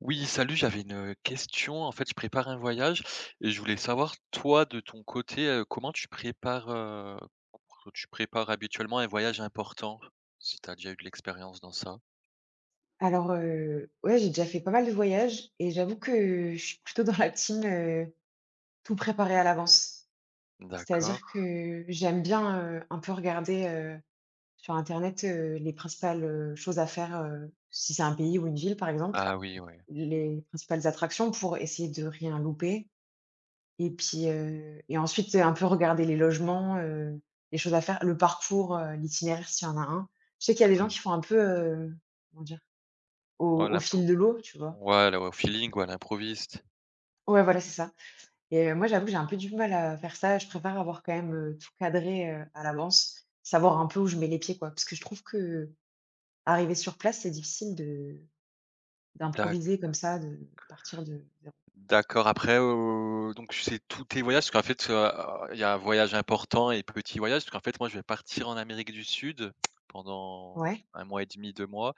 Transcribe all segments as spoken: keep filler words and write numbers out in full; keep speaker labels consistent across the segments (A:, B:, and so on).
A: Oui, salut, j'avais une euh, question. En fait, je prépare un voyage et je voulais savoir, toi, de ton côté, euh, comment tu prépares, euh, co- tu prépares habituellement un voyage important, si tu as déjà eu de l'expérience dans ça.
B: Alors, heu, ouais, j'ai déjà fait pas mal de voyages et j'avoue que je suis plutôt dans la team, heu, tout préparé à l'avance.
A: D'accord.
B: C'est-à-dire que j'aime bien, heu, un peu regarder, heu, sur internet, heu, les principales, heu, choses à faire, heu, si c'est un pays ou une ville, par exemple,
A: Ah oui, ouais.
B: les principales attractions pour essayer de rien louper et puis, heu et ensuite un peu regarder les logements, heu, les choses à faire, le parcours, heu, l'itinéraire s'il y en a un. Je sais qu'il y a des gens
A: Oui.
B: qui font un peu, heu, comment dire?
A: Oh,
B: Au au
A: l'impo-
B: fil de l'eau, tu vois?
A: Voilà, au feeling ou à l'improviste.
B: Ouais, voilà, c'est ça et heu, moi, j'avoue que j'ai un peu du mal à faire ça. Je préfère avoir quand même, heu, tout cadré, heu, à l'avance, savoir un peu où je mets les pieds, quoi. Parce que je trouve que arriver sur place, c'est difficile de
A: D'accord.
B: d'improviser comme ça, de partir de zéro.
A: D'accord, après, heu, donc c'est tous tes voyages? Parce qu'en fait, heu, il y a un voyage important et petit voyage, parce qu'en fait, moi, je vais partir en Amérique du Sud pendant
B: Ouais,
A: un mois et demi, deux mois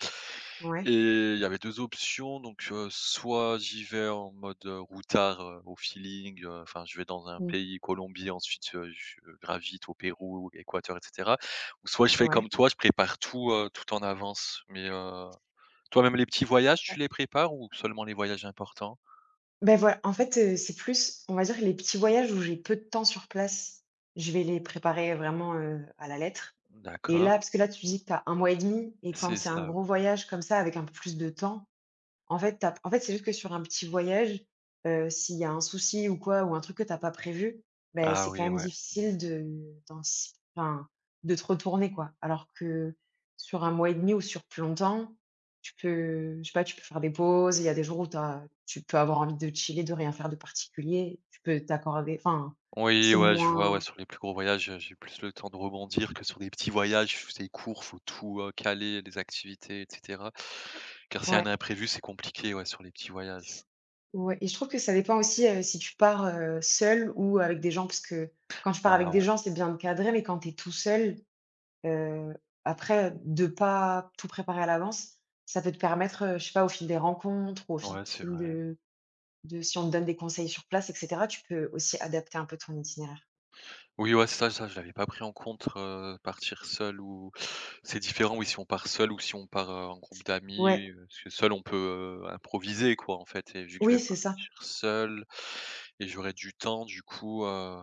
B: ouais,
A: et il y avait deux options, donc heu, soit j'y vais en mode, heu, routard, heu, au feeling, heu, enfin, je vais dans un
B: mmh,
A: pays, Colombie, ensuite, heu, je gravite au Pérou, Équateur et cetera. Ou soit je fais
B: ouais.
A: comme toi, je prépare tout, heu, tout en avance, mais heu, toi, même les petits voyages,
B: Bah
A: tu les prépares ou seulement les voyages importants?
B: bah, voilà, en fait, heu, c'est plus, on va dire, les petits voyages où j'ai peu de temps sur place, je vais les préparer vraiment, heu, à la lettre. Et
A: D'accord.
B: là parce que là, tu dis que tu as un mois et demi, et quand
A: C'est
B: c'est un
A: ça.
B: gros voyage comme ça avec un peu plus de temps, En fait, tu en fait, c'est juste que sur un petit voyage, heu, s'il y a un souci ou quoi, ou un truc que t'as pas prévu, ben
A: Ah
B: c'est quand
A: oui,
B: même
A: ouais.
B: difficile de d'antici enfin, de te retourner, quoi. Alors que sur un mois et demi ou sur plus longtemps, tu peux je sais pas, tu peux faire des pauses. Il y a des jours où t'as, tu peux avoir envie de chiller, de rien faire de particulier. Tu peux t'accorder enfin,
A: Oui,
B: c'est
A: ouais, je vois, ouais,
B: moins
A: sur les plus gros voyages, heu, j'ai plus le temps de rebondir que sur des petits voyages où c'est court, faut tout, heu, caler, les activités et cetera. Car s'il y a un
B: ouais,
A: imprévu, c'est compliqué, ouais, sur les petits voyages.
B: ouais. Et je trouve que ça dépend aussi, heu, si tu pars, heu, seul ou avec des gens, parce que quand tu pars
A: Ah
B: avec des
A: ouais,
B: gens, c'est bien de cadrer, mais quand tu es tout seul, Heu, après, de pas tout préparer à l'avance, ça peut te permettre, heu, je sais pas, au fil des rencontres, au fil
A: ouais, c'est
B: fil
A: vrai.
B: de de si on te donne des conseils sur place et cetera, tu peux aussi adapter un peu ton itinéraire.
A: Oui, ouais, ça ça, je l'avais pas pris en compte, heu, partir seul ou c'est différent, oui, si on part seul ou si on part, heu, en groupe d'amis,
B: Ouais,
A: heu, parce que seul, on peut, heu, improviser, quoi, en fait et vu que je vais
B: oui, c'est ça.
A: seul et j'aurai du temps du coup, heu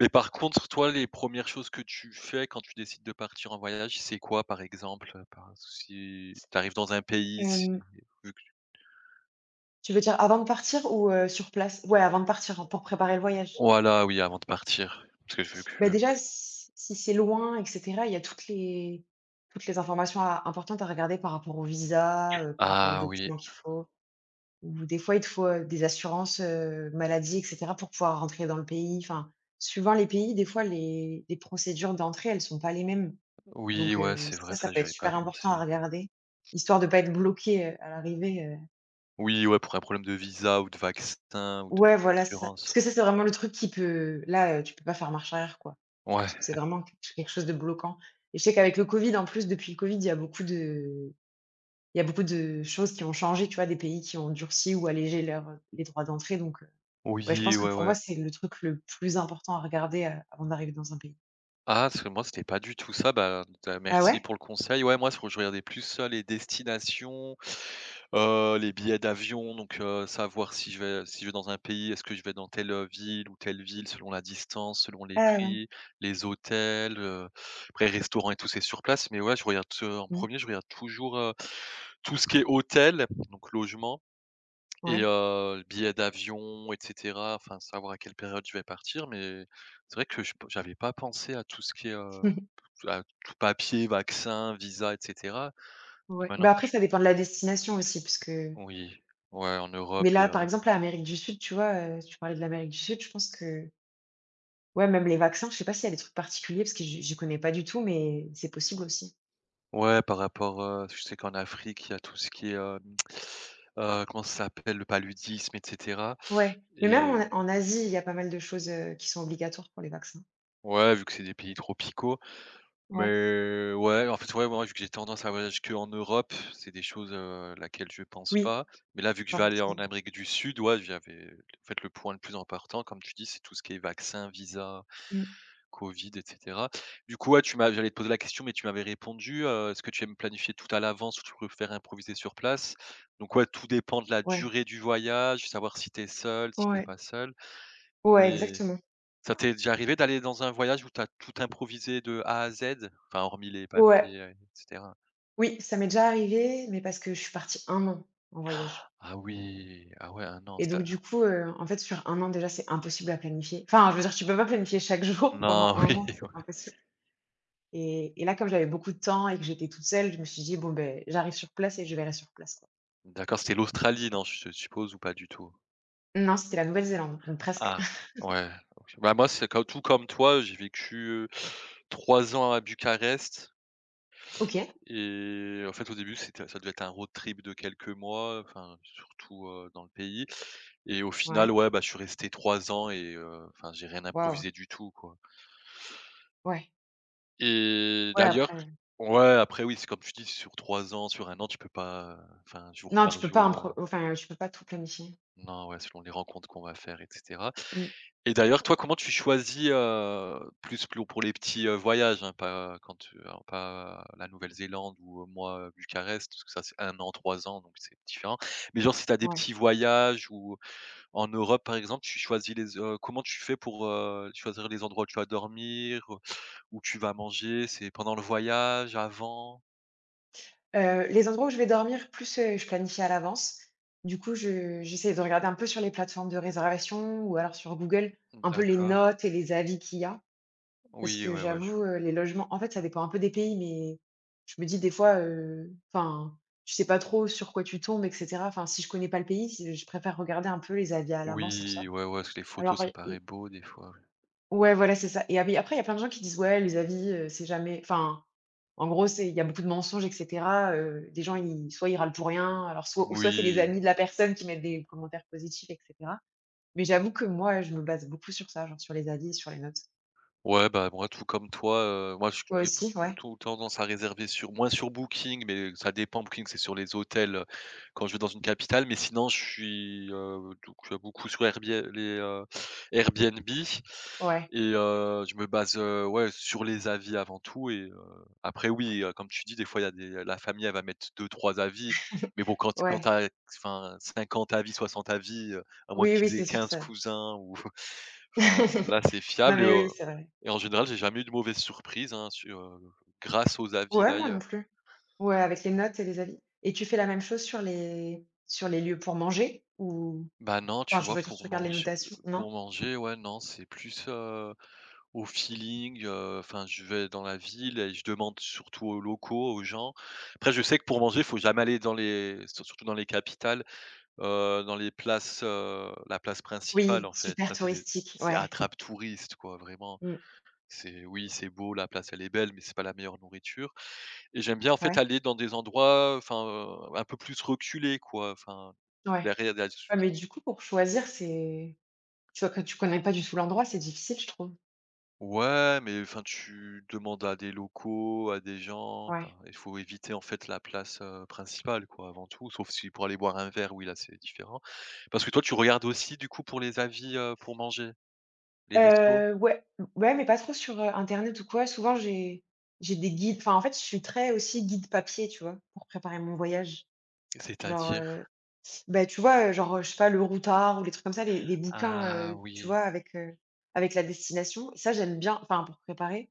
A: mais par contre, toi, les premières choses que tu fais quand tu décides de partir en voyage, c'est quoi par exemple? Heu, par si tu arrives dans un pays, si
B: Hem,
A: vu que
B: Tu veux dire avant de partir ou, heu, sur place? Ouais, avant de partir hein, pour préparer le voyage.
A: voilà, oui, avant de partir. Parce que vu
B: Bah,
A: que
B: déjà, si si c'est loin et cetera, il y a toutes les toutes les informations à importantes à regarder par rapport au visa, heu, par rapport aux
A: ah oui,
B: documents qu'il faut. Ou des fois, il te faut, heu, des assurances, heu, maladie et cetera pour pouvoir rentrer dans le pays. Enfin, suivant les pays, des fois, les les procédures d'entrée, elles sont pas les mêmes.
A: oui,
B: Donc
A: ouais,
B: heu,
A: c'est
B: ça,
A: vrai,
B: ça
A: ça
B: peut
A: j'y
B: être
A: avais pas
B: super important à
A: pensé.
B: regarder, histoire de pas être bloqué, heu, à l'arrivée, heu
A: Oui, ouais, pour un problème de visa ou de vaccin ou de
B: ouais, voilà, c'est ça. Parce
A: d'assurance.
B: que ça, c'est vraiment le truc qui peut là, heu, tu peux pas faire marche arrière, quoi.
A: Ouais.
B: C'est vraiment q quelque chose de bloquant. Et je sais qu'avec le covid, en plus, depuis le covid, il y a beaucoup de Il y a beaucoup de choses qui ont changé, tu vois? Des pays qui ont durci ou allégé leurs, les droits d'entrée. Donc, heu, ouais, je
A: Oui,
B: pense que
A: ouais,
B: pour
A: ouais.
B: moi, c'est le truc le plus important à regarder, heu, avant d'arriver dans un pays.
A: Ah, parce que moi, c'était pas du tout ça. Bah, bah,
B: Ah
A: merci
B: ouais?
A: pour le conseil. Ouais, moi, je regardais plus, heu, les destinations, heu, les billets d'avion, donc heu, savoir si je vais si je vais dans un pays, est-ce que je vais dans telle, heu, ville ou telle ville selon la distance, selon les
B: Ah ouais.
A: prix, les hôtels, heu, après restaurants et tout, c'est sur place, mais ouais, je regarde, heu, en
B: Mmh.
A: premier, je regarde toujours, heu, tout ce qui est hôtel, donc logement et
B: Ouais.
A: heu, billets d'avion et cetera, enfin, savoir à quelle période je vais partir, mais c'est vrai que je j'avais pas pensé à tout ce qui est, heu ah, tout papier, vaccin, visa et cetera. Donc
B: Ouais.
A: maintenant
B: Bah, après ça dépend de la destination aussi, puisque
A: oui, ouais, en Europe
B: mais
A: et
B: là, par
A: heu,
B: exemple, l'Amérique du Sud, tu vois? Heu, tu parlais de l'Amérique du Sud, je pense que ouais, même les vaccins, je sais pas s'il y a des trucs particuliers parce que je j'y connais pas du tout, mais c'est possible aussi.
A: ouais, par rapport, heu, je sais qu'en Afrique, il y a tout ce qui est, hem, heu, comment ça s'appelle? Le paludisme et cetera
B: Ouais, mais même
A: et
B: en A en Asie, il y a pas mal de choses, heu, qui sont obligatoires pour les vaccins.
A: ouais, vu que c'est des pays tropicaux,
B: Ouais.
A: mais ouais, en fait, ouais, moi, vu que j'ai tendance à voyager qu'en Europe, c'est des choses, heu, laquelle je pense
B: Oui,
A: pas, mais là, vu que je
B: pas
A: vais aller en
B: forcément.
A: Amérique du Sud, ouais, j'avais en fait, le point le plus important, comme tu dis, c'est tout ce qui est vaccin, visa
B: Mmh.
A: Covid et cetera. Du coup, ouais, tu m'as j'allais te poser la question, mais tu m'avais répondu, heu, est-ce que tu aimes planifier tout à l'avance ou tu préfères improviser sur place? Donc ouais, tout dépend de la
B: Ouais,
A: durée du voyage, savoir si t'es seul, si t'es
B: ouais,
A: pas seul.
B: ouais,
A: Mais
B: exactement.
A: ça t'est déjà arrivé d'aller dans un voyage où t'as tout improvisé de A à Z? Enfin, hormis les
B: Ouais,
A: papiers, heu, et cetera.
B: oui, ça m'est déjà arrivé, mais parce que je suis partie un an en voyage.
A: Ah oui, ah ouais, ah non,
B: Et
A: c'était
B: donc du coup, heu, en fait, sur un an, déjà, c'est impossible à planifier. Enfin, je veux dire, tu peux pas planifier chaque jour pendant
A: non, oui,
B: un an, c'est
A: ouais.
B: impossible. Et et là, comme j'avais beaucoup de temps et que j'étais toute seule, je me suis dit: «Bon, beh, j'arrive sur place et je verrai sur place, quoi».
A: D'accord, c'était l'Australie, non, je suppose ou pas du tout?
B: Non, c'était la Nouvelle-Zélande, donc presque.
A: Ah, ouais, OK. Bah, moi, c'est comme tout comme toi, j'ai vécu, heu, trois ans à Bucarest
B: OK,
A: et en fait, au début, c'était ça devait être un road trip de quelques mois, enfin, surtout, heu, dans le pays et au final,
B: ouais,
A: ouais, bah, je suis resté trois ans et heu, enfin, j'ai rien
B: waouh,
A: improvisé du tout, quoi
B: ouais,
A: et
B: ouais,
A: d'ailleurs
B: après
A: ouais, après oui, c'est comme tu dis, sur trois ans, sur un an, tu peux pas, euh, enfin, jour
B: non, tu
A: par
B: peux pas
A: jour, heu
B: impro enfin, tu peux pas tout planifier.
A: non, ouais, selon les rencontres qu'on va faire etc
B: Mmh,
A: Et d'ailleurs, toi, comment tu choisis, heu, plus plour pour les petits, heu, voyages, hein, pas quand tu alors pas la Nouvelle-Zélande ou, heu, moi, heu, Bucarest, parce que ça c'est un an, trois ans, donc c'est différent. Mais genre si tu as des
B: ouais.
A: petits voyages ou en Europe, par exemple, tu choisis les heu, comment tu fais pour, heu, choisir les endroits où tu vas dormir, où tu vas manger? C'est pendant le voyage, avant?
B: Heu, les endroits où je vais dormir plus, heu, je planifie à l'avance. Du coup, je j'essaie de regarder un peu sur les plateformes de réservation ou alors sur Google, un peu les
A: D'accord.
B: notes et les avis qu'il y a. Parce
A: Oui,
B: que
A: ouais, ouais.
B: j'avoue, heu, les logements en fait, ça dépend un peu des pays, mais je me dis des fois, heu, enfin, je sais pas trop sur quoi tu tombes et cetera. Enfin, si je connais pas le pays, si je préfère regarder un peu les avis à l'avance et tout ça.
A: Oui, ouais, ouais, parce que les photos
B: Alors,
A: ça paraît beau des fois, ouais.
B: ouais, voilà, c'est ça. Et ah oui, après il y a plein de gens qui disent: «Ouais, les avis, heu, c'est jamais» enfin, en gros, c'est il y a beaucoup de mensonges et cetera, heu, des gens, ils soit ils râlent pour rien, alors soit ou soit c'est les
A: Oui.
B: amis de la personne qui mettent des commentaires positifs et cetera. Mais j'avoue que moi, je me base beaucoup sur ça, genre sur les avis, sur les notes.
A: Ouais, bah, moi, tout comme toi, heu, moi, je
B: Toi
A: j'ai
B: aussi? Ouais.
A: plutôt tendance à réserver sur moins sur Booking, mais ça dépend. Booking, c'est sur les hôtels, heu, quand je vais dans une capitale, mais sinon, je suis, heu, donc heu, beaucoup sur Airbi les, heu, Airbnb
B: Ouais,
A: et heu, je me base, heu, ouais, sur les avis avant tout et heu, après oui, heu, comme tu dis, des fois, il y a des la famille, elle va mettre deux trois avis, mais bon, quand quand
B: ouais.
A: t'as enfin cinquante avis, soixante avis, heu, à moins
B: Oui, oui,
A: qu'ils aient
B: c'est sûr
A: quinze
B: ça.
A: cousins ou enfin, là, c'est
B: Non,
A: fiable et
B: mais
A: heu
B: oui, c'est vrai.
A: et en général, j'ai jamais eu de mauvaises surprises, hein, su heu, grâce aux avis
B: Ouais, moi non
A: d'ailleurs.
B: plus. Ouais, avec les notes et les avis. Et tu fais la même chose sur les sur les lieux pour manger, ou
A: Bah, non,
B: enfin,
A: tu
B: je
A: vois,
B: veux dire,
A: pour
B: tu les
A: manger
B: notations, non?
A: pour manger, ouais, non, c'est plus, heu, au feeling, heu, enfin, je vais dans la ville et je demande surtout aux locaux, aux gens. Après, je sais que pour manger, il faut jamais aller dans les sur surtout dans les capitales, heu, dans les places, heu, la place principale,
B: Oui,
A: en fait.
B: super
A: Ça, c'est des
B: touristique,
A: c'est
B: ouais.
A: attrape touristes, quoi, vraiment.
B: Mmh.
A: C'est oui, c'est beau, la place, elle est belle, mais c'est pas la meilleure nourriture. Et j'aime bien, en fait,
B: Ouais,
A: aller dans des endroits, enfin, heu, un peu plus reculés, quoi, enfin,
B: ouais.
A: derrière des
B: Ouais, mais du coup, pour choisir, c'est tu vois, quand tu connais pas du tout l'endroit, c'est difficile, je trouve.
A: ouais, mais enfin, tu demandes à des locaux, à des gens,
B: Ouais.
A: enfin, il faut éviter, en fait, la place, heu, principale, quoi, avant tout, sauf si pour aller boire un verre, oui, là, c'est différent. Parce que toi, tu regardes aussi, du coup, pour les avis, heu, pour manger? Les restos?
B: Heu, ouais, ouais, mais pas trop sur, heu, internet ou quoi. Souvent, j'ai j'ai des guides enfin, en fait, je suis très aussi guide papier, tu vois? Pour préparer mon voyage. Genre,
A: C'est-à-dire?
B: heu, bah, tu vois, heu, genre, heu, je sais pas, Le Routard ou les trucs comme ça, les les bouquins,
A: Ah
B: heu, tu
A: oui,
B: vois, avec, heu, avec la destination. Ça, j'aime bien, enfin, pour préparer.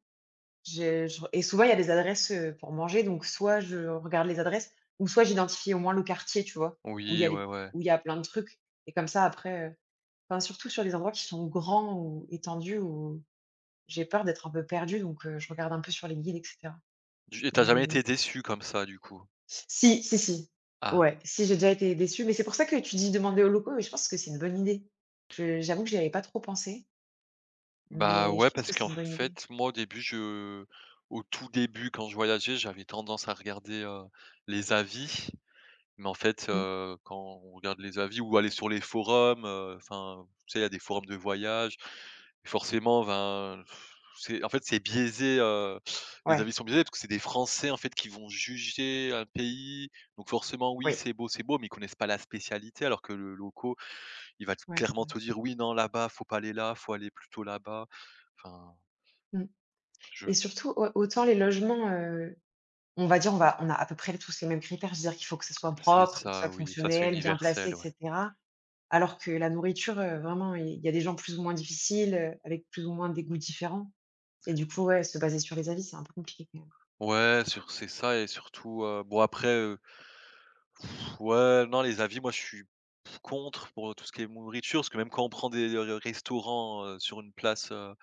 B: Je je et souvent, il y a des adresses, heu, pour manger, donc soit je regarde les adresses ou soit j'identifie au moins le quartier, tu vois? Où il y
A: oui,
B: a
A: ouais,
B: les
A: ouais.
B: où il y a plein de trucs et comme ça après, heu enfin, surtout sur les endroits qui sont grands ou étendus où j'ai peur d'être un peu perdue, donc heu, je regarde un peu sur les guides et cetera.
A: Du et t'as jamais
B: Mais
A: été déçu comme ça, du coup?
B: si, si, si.
A: Ah.
B: Ouais, si, j'ai déjà été déçue, mais c'est pour ça que tu dis: «Demander aux locaux», mais je pense que c'est une bonne idée. Je j'avoue que j'y avais pas trop pensé,
A: Bah,
B: mais
A: ouais,
B: je pense
A: parce
B: que c'est
A: qu'en
B: une bonne idée.
A: fait, moi, au début, je au tout début, quand je voyageais, j'avais tendance à regarder, heu, les avis. Mais en fait,
B: Mmh.
A: heu, quand on regarde les avis ou aller sur les forums, heu, enfin, tu sais, il y a des forums de voyage. Forcément, ben, c'est en fait, c'est biaisé, heu, les
B: Ouais,
A: avis sont biaisés parce que c'est des Français, en fait, qui vont juger un pays. Donc forcément, oui,
B: oui.
A: c'est beau, c'est beau, mais ils connaissent pas la spécialité alors que le loco, il va t
B: Ouais, c'est
A: clairement
B: vrai.
A: te dire: «Oui, non, là-bas, faut pas aller là, faut aller plutôt là-bas». Enfin,
B: Mmh.
A: je
B: Et surtout, au autant les logements, heu, on va dire, on va on a à peu près tous les mêmes critères. C'est-à-dire qu'il faut que ce soit
A: c'est
B: propre, il faut que ce soit
A: ça, oui, ça, c'est
B: fonctionnel, bien placé
A: universel,
B: et
A: ouais.
B: cetera. Alors que la nourriture, heu, vraiment, il y a des gens plus ou moins difficiles, heu, avec plus ou moins des goûts différents. Et du coup, ouais, se baser sur les avis, c'est un peu compliqué quand même.
A: Ouais, sur c'est ça et surtout, heu, bon après, heu, ouais, non, les avis, moi, je suis contre pour tout ce qui est nourriture, parce que même quand on prend des, heu, restaurants, heu, sur une place, heu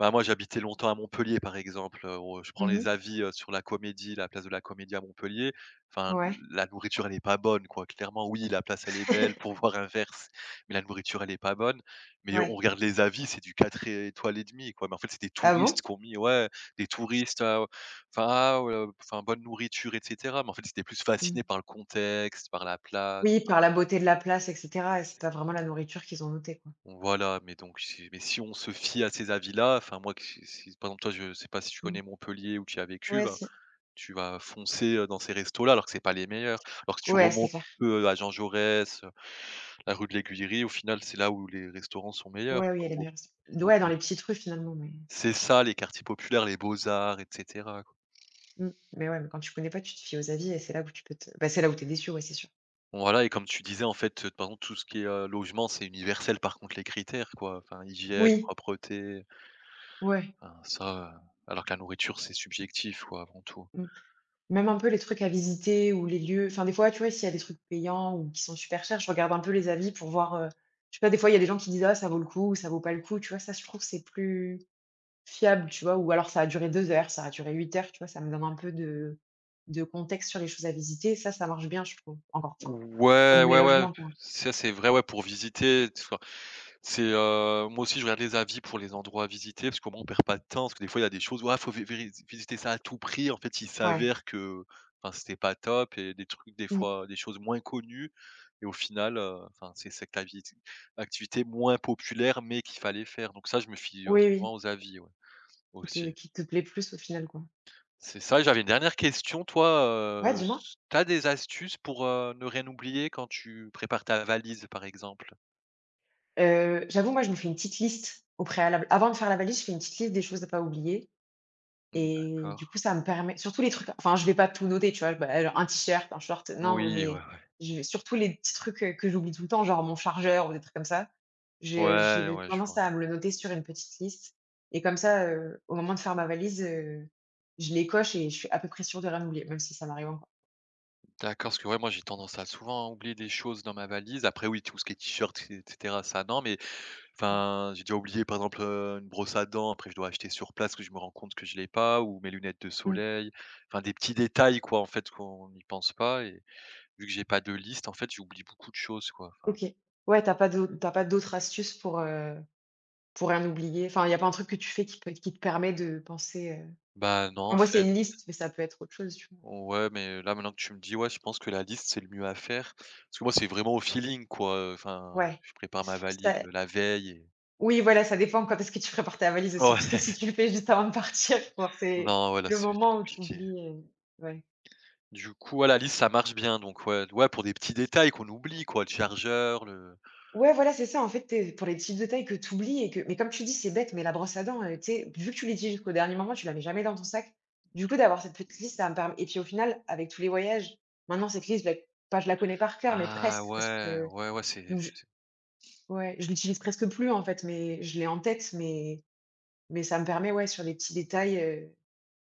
A: Bah, moi, j'habitais longtemps à Montpellier, par exemple, heu, au je prends les
B: Mmh.
A: avis, heu, sur la Comédie, la place de la Comédie à Montpellier. Enfin,
B: Ouais.
A: la nourriture, elle n'est pas bonne, quoi. Clairement, oui, la place, elle est belle pour voir un verre, c mais la nourriture, elle est pas bonne. Mais on
B: Ouais.
A: regarde les avis, c'est du quatre étoiles et demie, quoi. Mais en fait, c'est des
B: Ah
A: touristes
B: bon?
A: qui ont mis ouais, des touristes, heu, enfin, ah, heu, enfin, bonne nourriture et cetera. Mais en fait, c'était plus
B: Mmh.
A: fasciné par le contexte, par la place,
B: Oui,
A: enfin
B: par la beauté de la place et cetera, et c'est pas vraiment la nourriture qu'ils ont notée, quoi.
A: voilà, mais donc si mais si on se fie à ces avis-là, enfin moi que si si par exemple toi je sais pas si tu
B: Mmh.
A: connais Montpellier ou tu y as vécu,
B: Ouais,
A: bah,
B: si.
A: tu vas foncer, heu, dans ces restos-là alors que c'est pas les meilleurs. Alors que si tu
B: Ouais, c'est
A: remontes un
B: clair.
A: peu à Jean Jaurès, heu, la rue de l'Aiguillerie, au final c'est là où les restaurants sont meilleurs
B: Ouais, oui,
A: quoi,
B: elle est
A: ou
B: meilleure.
A: ou
B: Ouais, dans les petites rues finalement, mais
A: c'est ça les quartiers populaires, les beaux-arts et cetera quoi.
B: mmh, mais ouais, mais quand tu connais pas, tu te fies aux avis et c'est là où tu peux te bah, c'est là où t'es déçu, ouais, c'est sûr.
A: Bon, voilà et comme tu disais en fait, heu, par exemple tout ce qui est, heu, logement c'est universel par contre les critères quoi, enfin hygiène,
B: Oui,
A: propreté,
B: ouais,
A: enfin ça, heu, alors que la nourriture c'est subjectif quoi avant tout.
B: mmh, même un peu les trucs à visiter ou les lieux enfin, des fois, tu vois, s'il y a des trucs payants ou qui sont super chers, je regarde un peu les avis pour voir, heu, je sais pas, des fois, il y a des gens qui disent: «Ah, ça vaut le coup» ou «Ça vaut pas le coup», tu vois? Ça, je trouve, c'est plus fiable, tu vois? Ou alors ça a duré deux heures, ça a duré huit heures, tu vois? Ça me donne un peu de de contexte sur les choses à visiter. Ça, ça marche bien, je trouve, encore enfin,
A: Ouais,
B: comme les
A: ouais, ouais,
B: logements, quoi.
A: ça c'est vrai, ouais, pour visiter, tu vois? C'est, heu, moi aussi je regarde les avis pour les endroits à visiter, parce qu'au moins on perd pas de temps, parce que des fois il y a des choses: «Ouais, faut vé vé visiter ça à tout prix», en fait, il
B: Ouais.
A: s'avère que, enfin, c'était pas top et des trucs, des
B: Mmh.
A: fois, des choses moins connues et au final, heu, enfin, c'est cette avi activité moins populaire mais qu'il fallait faire. Donc ça, je me fie, heu,
B: Oui,
A: souvent
B: oui,
A: aux avis, ouais,
B: qui te
A: aussi.
B: qui te plaît plus au final, quoi.
A: C'est ça, j'avais une dernière question. Toi,
B: Ouais,
A: heu,
B: dis-moi.
A: s tu des astuces pour, heu, ne rien oublier quand tu prépares ta valise, par exemple?
B: Heu, j'avoue, moi, je me fais une petite liste au préalable. Avant de faire la valise, je fais une petite liste des choses à pas oublier
A: Mmh,
B: et
A: d'accord.
B: du coup, ça me permet surtout les trucs enfin, je vais pas tout noter, tu vois? Bah, alors un t-shirt, un short, non,
A: Oui, ouais,
B: mais
A: ouais.
B: je vais surtout les petits trucs, heu, que j'oublie tout le temps, genre mon chargeur ou des trucs comme ça. J'ai
A: Ouais,
B: j'ai
A: ouais, je
B: tendance
A: vois.
B: à me le noter sur une petite liste et comme ça, heu, au moment de faire ma valise, heu, je les coche et je suis à peu près sûre de rien oublier, même si ça m'arrive encore.
A: D'accord, parce que ouais, moi, j'ai tendance à souvent oublier des choses dans ma valise. Après, oui, tout ce qui est t-shirt et cetera, ça, non, mais
B: Ouais.
A: enfin, j'ai déjà oublié, par exemple, heu, une brosse à dents. Après, je dois acheter sur place, que je me rends compte que je l'ai pas ou mes lunettes de
B: Mmh.
A: soleil. Enfin, des petits détails, quoi, en fait, qu'on n'y pense pas et vu que j'ai pas de liste, en fait, j'oublie beaucoup de choses, quoi, enfin
B: OK. Ouais, t'as pas d'au tu pas d'autres astuces pour, euh, Pour rien oublier, enfin, il y a pas un truc que tu fais qui peut qui te permet de penser, heu
A: Bah, non, en
B: moi, c'est
A: fait.
B: une liste, mais ça peut être autre chose, tu vois?
A: Ouais, mais là, maintenant que tu me dis, ouais, je pense que la liste, c'est le mieux à faire. Parce que moi, c'est vraiment au feeling, quoi. Enfin,
B: Ouais,
A: je prépare ma valise,
B: ça
A: heu, la veille et
B: oui, voilà, ça dépend quand est-ce que tu prépares ta valise aussi, parce que
A: Ouais.
B: si tu le fais juste avant de partir, bon, c'est
A: non, ouais, là,
B: le
A: ça va être
B: moment où tu
A: compliqué.
B: oublies, ouais.
A: Du coup, ouais, la liste, ça marche bien, donc ouais, ouais, pour des petits détails qu'on oublie, quoi, le chargeur, le
B: Ouais, voilà, c'est ça, en fait, tu pour les petites détails que tu oublies et que mais comme tu dis, c'est bête, mais la brosse à dents, heu, tu sais, vu que tu l'utilises jusqu'au dernier moment, tu la mets jamais dans ton sac. Du coup, d'avoir cette petite liste, ça me permet. Et puis, au final, avec tous les voyages, maintenant cette liste, je la pas je la connais par cœur, mais
A: ah
B: presque, parce
A: ouais,
B: que
A: ouais, ouais, c'est
B: donc
A: c'est
B: ouais, je l'utilise presque plus en fait, mais je l'ai en tête, mais mais ça me permet, ouais, sur les petits détails, heu,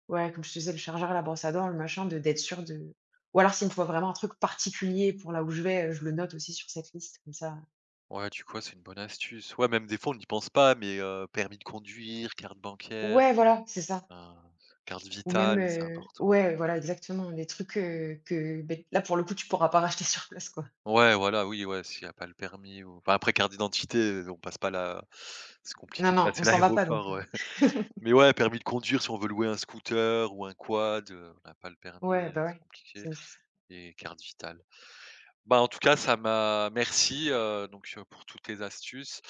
B: ouais, comme je te disais, le chargeur, la brosse à dents, le machin, de d'être sûr de, ou alors s'il me faut vraiment un truc particulier pour là où je vais, heu, je le note aussi sur cette liste comme ça.
A: ouais, du coup, ouais, c'est une bonne astuce. Ouais, même des fois, on n'y pense pas, mais heu, permis de conduire, carte bancaire,
B: Ouais, voilà, c'est ça.
A: enfin, carte
B: Ou même,
A: vitale, c'est
B: heu,
A: important.
B: ouais, voilà, exactement, des trucs, heu, que beh, là, pour le coup, tu pourras pas racheter sur place, quoi.
A: Ouais, voilà, oui, ouais, s'il y a pas le permis ou enfin, après carte d'identité, on passe pas là. C'est compliqué
B: Non,
A: de
B: non,
A: passer
B: on s'en va pas
A: l'aéroport,
B: donc, heu,
A: ouais.
B: ouais.
A: Mais ouais, permis de conduire, si on veut louer un scooter ou un quad, heu, on n'a pas le permis,
B: Ouais,
A: heu,
B: bah,
A: c'est
B: ouais,
A: compliqué
B: c'est nécessaire.
A: et carte vitale. Bah, en tout cas, ça m'a merci, heu, donc heu, pour toutes tes astuces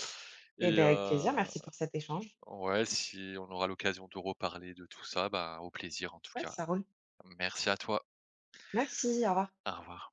B: Eh
A: et
B: ben avec plaisir,
A: heu,
B: merci pour cet échange.
A: ouais, si on aura l'occasion de reparler de tout ça, bah, au plaisir en tout
B: Ouais,
A: cas.
B: ça roule.
A: Merci à toi.
B: Merci, au revoir.
A: Au revoir.